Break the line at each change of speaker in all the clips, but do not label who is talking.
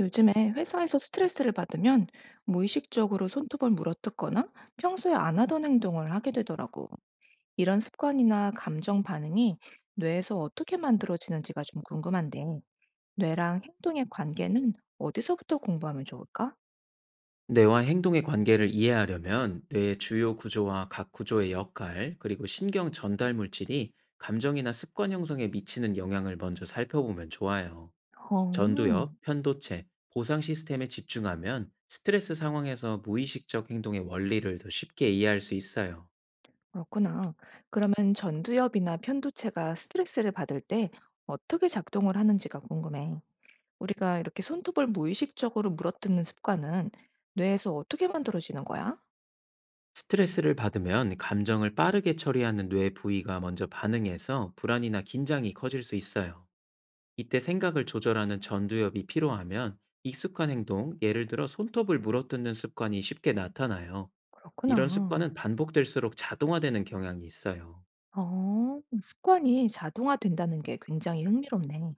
요즘에 회사에서 스트레스를 받으면 무의식적으로 손톱을 물어뜯거나 평소에 안 하던 행동을 하게 되더라고. 이런 습관이나 감정 반응이 뇌에서 어떻게 만들어지는지가 좀 궁금한데, 뇌랑 행동의 관계는 어디서부터 공부하면 좋을까?
뇌와 행동의 관계를 이해하려면 뇌의 주요 구조와 각 구조의 역할, 그리고 신경 전달 물질이 감정이나 습관 형성에 미치는 영향을 먼저 살펴보면 좋아요.
어, 음,
전두엽, 편도체, 보상 시스템에 집중하면 스트레스 상황에서 무의식적 행동의 원리를 더 쉽게 이해할 수 있어요.
그렇구나. 그러면 전두엽이나 편두체가 스트레스를 받을 때 어떻게 작동을 하는지가 궁금해. 우리가 이렇게 손톱을 무의식적으로 물어뜯는 습관은 뇌에서 어떻게 만들어지는 거야?
스트레스를 받으면 감정을 빠르게 처리하는 뇌 부위가 먼저 반응해서 불안이나 긴장이 커질 수 있어요. 이때 생각을 조절하는 전두엽이 필요하면 익숙한 행동, 예를 들어 손톱을 물어뜯는 습관이 쉽게 나타나요. 이런
그렇구나.
습관은 반복될수록 자동화되는 경향이 있어요.
습관이 자동화된다는 게 굉장히 흥미롭네.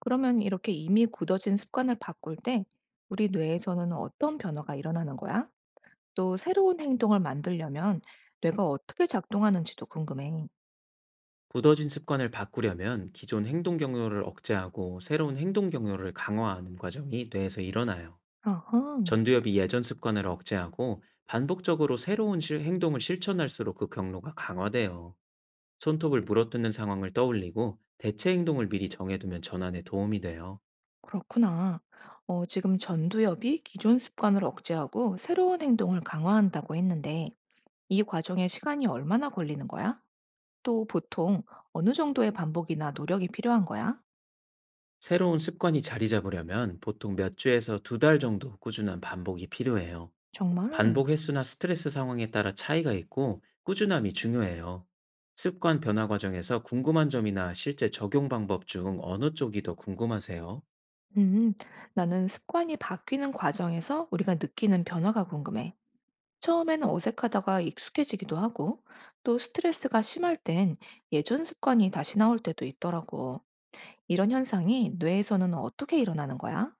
그러면 이렇게 이미 굳어진 습관을 바꿀 때 우리 뇌에서는 어떤 변화가 일어나는 거야? 또 새로운 행동을 만들려면 뇌가 어떻게 작동하는지도 궁금해.
굳어진 습관을 바꾸려면 기존 행동 경로를 억제하고 새로운 행동 경로를 강화하는 과정이 뇌에서 일어나요.
아하,
전두엽이 예전 습관을 억제하고 반복적으로 새로운 행동을 실천할수록 그 경로가 강화돼요. 손톱을 물어뜯는 상황을 떠올리고 대체 행동을 미리 정해두면 전환에 도움이 돼요.
그렇구나. 지금 전두엽이 기존 습관을 억제하고 새로운 행동을 강화한다고 했는데 이 과정에 시간이 얼마나 걸리는 거야? 또 보통 어느 정도의 반복이나 노력이 필요한 거야?
새로운 습관이 자리 잡으려면 보통 몇 주에서 2달 정도 꾸준한 반복이 필요해요.
정말?
반복 횟수나 스트레스 상황에 따라 차이가 있고 꾸준함이 중요해요. 습관 변화 과정에서 궁금한 점이나 실제 적용 방법 중 어느 쪽이 더 궁금하세요?
음, 나는 습관이 바뀌는 과정에서 우리가 느끼는 변화가 궁금해. 처음에는 어색하다가 익숙해지기도 하고, 또 스트레스가 심할 땐 예전 습관이 다시 나올 때도 있더라고. 이런 현상이 뇌에서는 어떻게 일어나는 거야?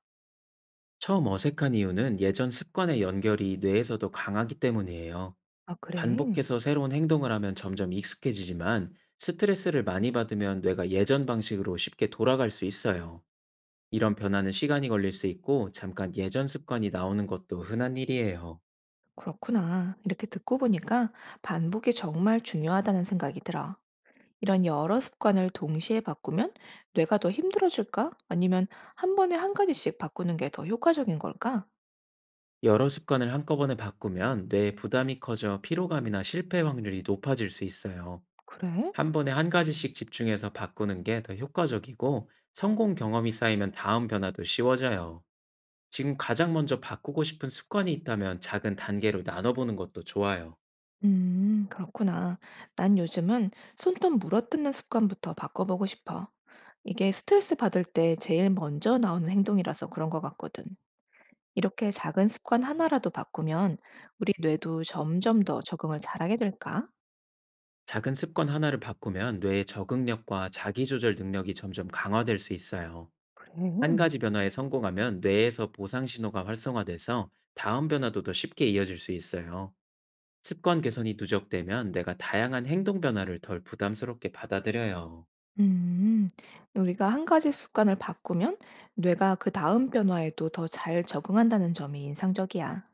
처음 어색한 이유는 예전 습관의 연결이 뇌에서도 강하기 때문이에요.
아, 그래.
반복해서 새로운 행동을 하면 점점 익숙해지지만, 스트레스를 많이 받으면 뇌가 예전 방식으로 쉽게 돌아갈 수 있어요. 이런 변화는 시간이 걸릴 수 있고, 잠깐 예전 습관이 나오는 것도 흔한 일이에요.
그렇구나. 이렇게 듣고 보니까 반복이 정말 중요하다는 생각이 들어. 이런 여러 습관을 동시에 바꾸면 뇌가 더 힘들어질까? 아니면 한 번에 한 가지씩 바꾸는 게 더 효과적인 걸까?
여러 습관을 한꺼번에 바꾸면 뇌에 부담이 커져 피로감이나 실패 확률이 높아질 수 있어요.
그래?
한 번에 한 가지씩 집중해서 바꾸는 게 더 효과적이고, 성공 경험이 쌓이면 다음 변화도 쉬워져요. 지금 가장 먼저 바꾸고 싶은 습관이 있다면 작은 단계로 나눠보는 것도 좋아요.
그렇구나. 난 요즘은 손톱 물어뜯는 습관부터 바꿔보고 싶어. 이게 스트레스 받을 때 제일 먼저 나오는 행동이라서 그런 것 같거든. 이렇게 작은 습관 하나라도 바꾸면 우리 뇌도 점점 더 적응을 잘하게 될까?
작은 습관 하나를 바꾸면 뇌의 적응력과 자기조절 능력이 점점 강화될 수 있어요.
그래.
한 가지 변화에 성공하면 뇌에서 보상 신호가 활성화돼서 다음 변화도 더 쉽게 이어질 수 있어요. 습관 개선이 누적되면 내가 다양한 행동 변화를 덜 부담스럽게 받아들여요.
음. 우리가 한 가지 습관을 바꾸면 뇌가 그다음 변화에도 더 잘 적응한다는 점이 인상적이야.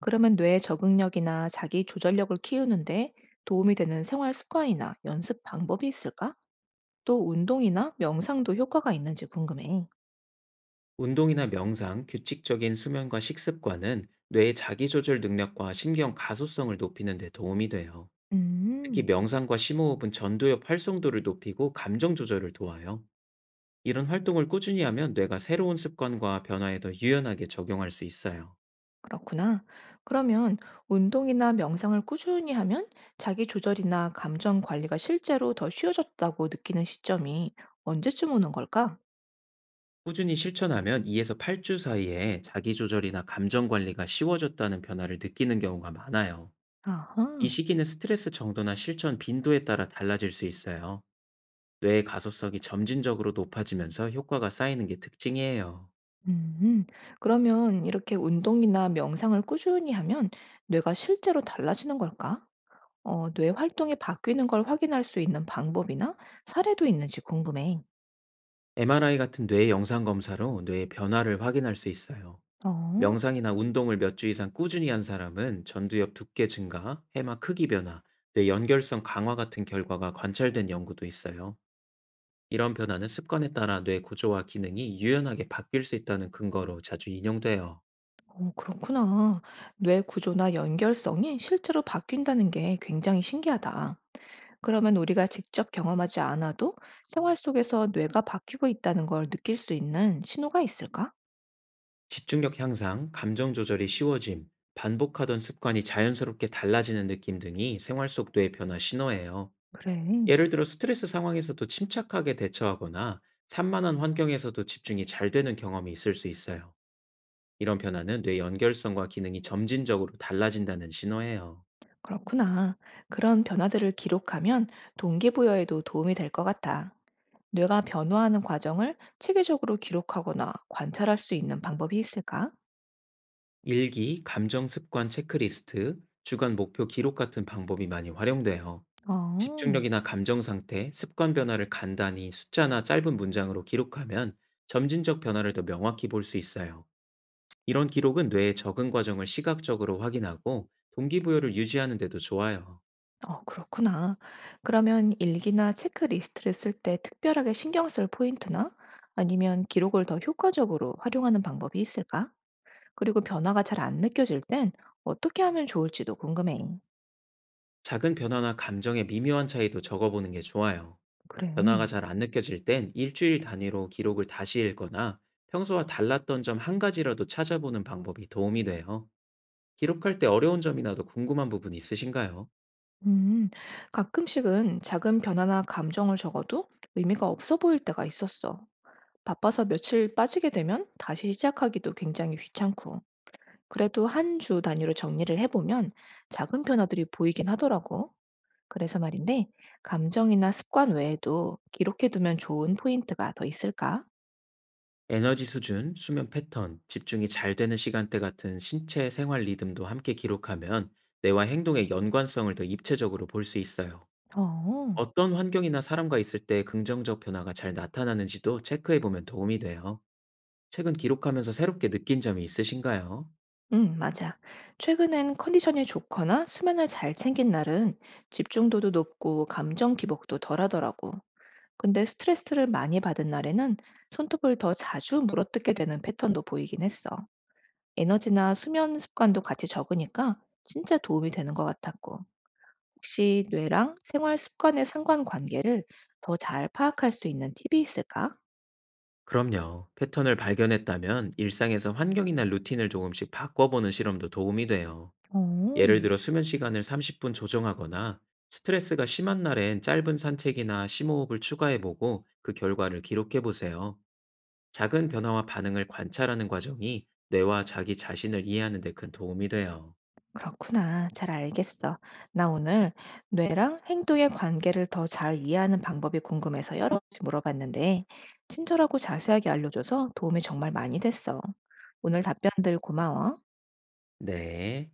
그러면 뇌의 적응력이나 자기 조절력을 키우는데 도움이 되는 생활 습관이나 연습 방법이 있을까? 또 운동이나 명상도 효과가 있는지 궁금해.
운동이나 명상, 규칙적인 수면과 식습관은 뇌의 자기조절 능력과 신경 가소성을 높이는 데 도움이 돼요. 특히
음.
명상과 심호흡은 전두엽 활성도를 높이고 감정 조절을 도와요. 이런 활동을 꾸준히 하면 뇌가 새로운 습관과 변화에 더 유연하게 적용할 수 있어요.
그렇구나. 그러면 운동이나 명상을 꾸준히 하면 자기 조절이나 감정 관리가 실제로 더 쉬워졌다고 느끼는 시점이 언제쯤 오는 걸까?
꾸준히 실천하면 2에서 8주 사이에 자기조절이나 감정 관리가 쉬워졌다는 변화를 느끼는 경우가 많아요.
아하.
이 시기는 스트레스 정도나 실천 빈도에 따라 달라질 수 있어요. 뇌의 가소성이 점진적으로 높아지면서 효과가 쌓이는 게 특징이에요.
음, 그러면 이렇게 운동이나 명상을 꾸준히 하면 뇌가 실제로 달라지는 걸까? 뇌 활동이 바뀌는 걸 확인할 수 있는 방법이나 사례도 있는지 궁금해.
MRI 같은 뇌 영상 검사로 뇌의 변화를 확인할 수 있어요.
어,
명상이나 운동을 몇 주 이상 꾸준히 한 사람은 전두엽 두께 증가, 해마 크기 변화, 뇌 연결성 강화 같은 결과가 관찰된 연구도 있어요. 이런 변화는 습관에 따라 뇌 구조와 기능이 유연하게 바뀔 수 있다는 근거로 자주 인용돼요.
그렇구나. 뇌 구조나 연결성이 실제로 바뀐다는 게 굉장히 신기하다. 그러면 우리가 직접 경험하지 않아도 생활 속에서 뇌가 바뀌고 있다는 걸 느낄 수 있는 신호가 있을까?
집중력 향상, 감정 조절이 쉬워짐, 반복하던 습관이 자연스럽게 달라지는 느낌 등이 생활 속 뇌 변화 신호예요.
그래.
예를 들어 스트레스 상황에서도 침착하게 대처하거나 산만한 환경에서도 집중이 잘 되는 경험이 있을 수 있어요. 이런 변화는 뇌 연결성과 기능이 점진적으로 달라진다는 신호예요.
그렇구나. 그런 변화들을 기록하면 동기부여에도 도움이 될 것 같아. 뇌가 변화하는 과정을 체계적으로 기록하거나 관찰할 수 있는 방법이 있을까?
일기, 감정 습관 체크리스트, 주간 목표 기록 같은 방법이 많이 활용돼요.
어,
집중력이나 감정 상태, 습관 변화를 간단히 숫자나 짧은 문장으로 기록하면 점진적 변화를 더 명확히 볼 수 있어요. 이런 기록은 뇌의 적응 과정을 시각적으로 확인하고 동기부여를 유지하는 데도 좋아요.
그렇구나. 그러면 일기나 체크리스트를 쓸 때 특별하게 신경 쓸 포인트나 아니면 기록을 더 효과적으로 활용하는 방법이 있을까? 그리고 변화가 잘 안 느껴질 땐 어떻게 하면 좋을지도 궁금해.
작은 변화나 감정의 미묘한 차이도 적어보는 게 좋아요.
그래.
변화가 잘 안 느껴질 땐 일주일 단위로 기록을 다시 읽거나 평소와 달랐던 점 한 가지라도 찾아보는 방법이 도움이 돼요. 기록할 때 어려운 점이나 더 궁금한 부분 있으신가요?
음, 가끔씩은 작은 변화나 감정을 적어도 의미가 없어 보일 때가 있었어. 바빠서 며칠 빠지게 되면 다시 시작하기도 굉장히 귀찮고. 그래도 한 주 단위로 정리를 해보면 작은 변화들이 보이긴 하더라고. 그래서 말인데, 감정이나 습관 외에도 기록해두면 좋은 포인트가 더 있을까?
에너지 수준, 수면 패턴, 집중이 잘 되는 시간대 같은 신체 생활 리듬도 함께 기록하면 뇌와 행동의 연관성을 더 입체적으로 볼 수 있어요.
어,
어떤 환경이나 사람과 있을 때 긍정적 변화가 잘 나타나는지도 체크해 보면 도움이 돼요. 최근 기록하면서 새롭게 느낀 점이 있으신가요?
응, 맞아. 최근엔 컨디션이 좋거나 수면을 잘 챙긴 날은 집중도도 높고 감정 기복도 덜하더라고. 근데 스트레스를 많이 받은 날에는 손톱을 더 자주 물어뜯게 되는 패턴도 보이긴 했어. 에너지나 수면 습관도 같이 적으니까 진짜 도움이 되는 것 같았고. 혹시 뇌랑 생활 습관의 상관관계를 더 잘 파악할 수 있는 팁이 있을까?
그럼요. 패턴을 발견했다면 일상에서 환경이나 루틴을 조금씩 바꿔보는 실험도 도움이 돼요.
어.
예를 들어 수면 시간을 30분 조정하거나 스트레스가 심한 날엔 짧은 산책이나 심호흡을 추가해 보고 그 결과를 기록해 보세요. 작은 변화와 반응을 관찰하는 과정이 뇌와 자기 자신을 이해하는 데 큰 도움이 돼요.
그렇구나. 잘 알겠어. 나 오늘 뇌랑 행동의 관계를 더 잘 이해하는 방법이 궁금해서 여러 가지 물어봤는데, 친절하고 자세하게 알려줘서 도움이 정말 많이 됐어. 오늘 답변들 고마워.
네.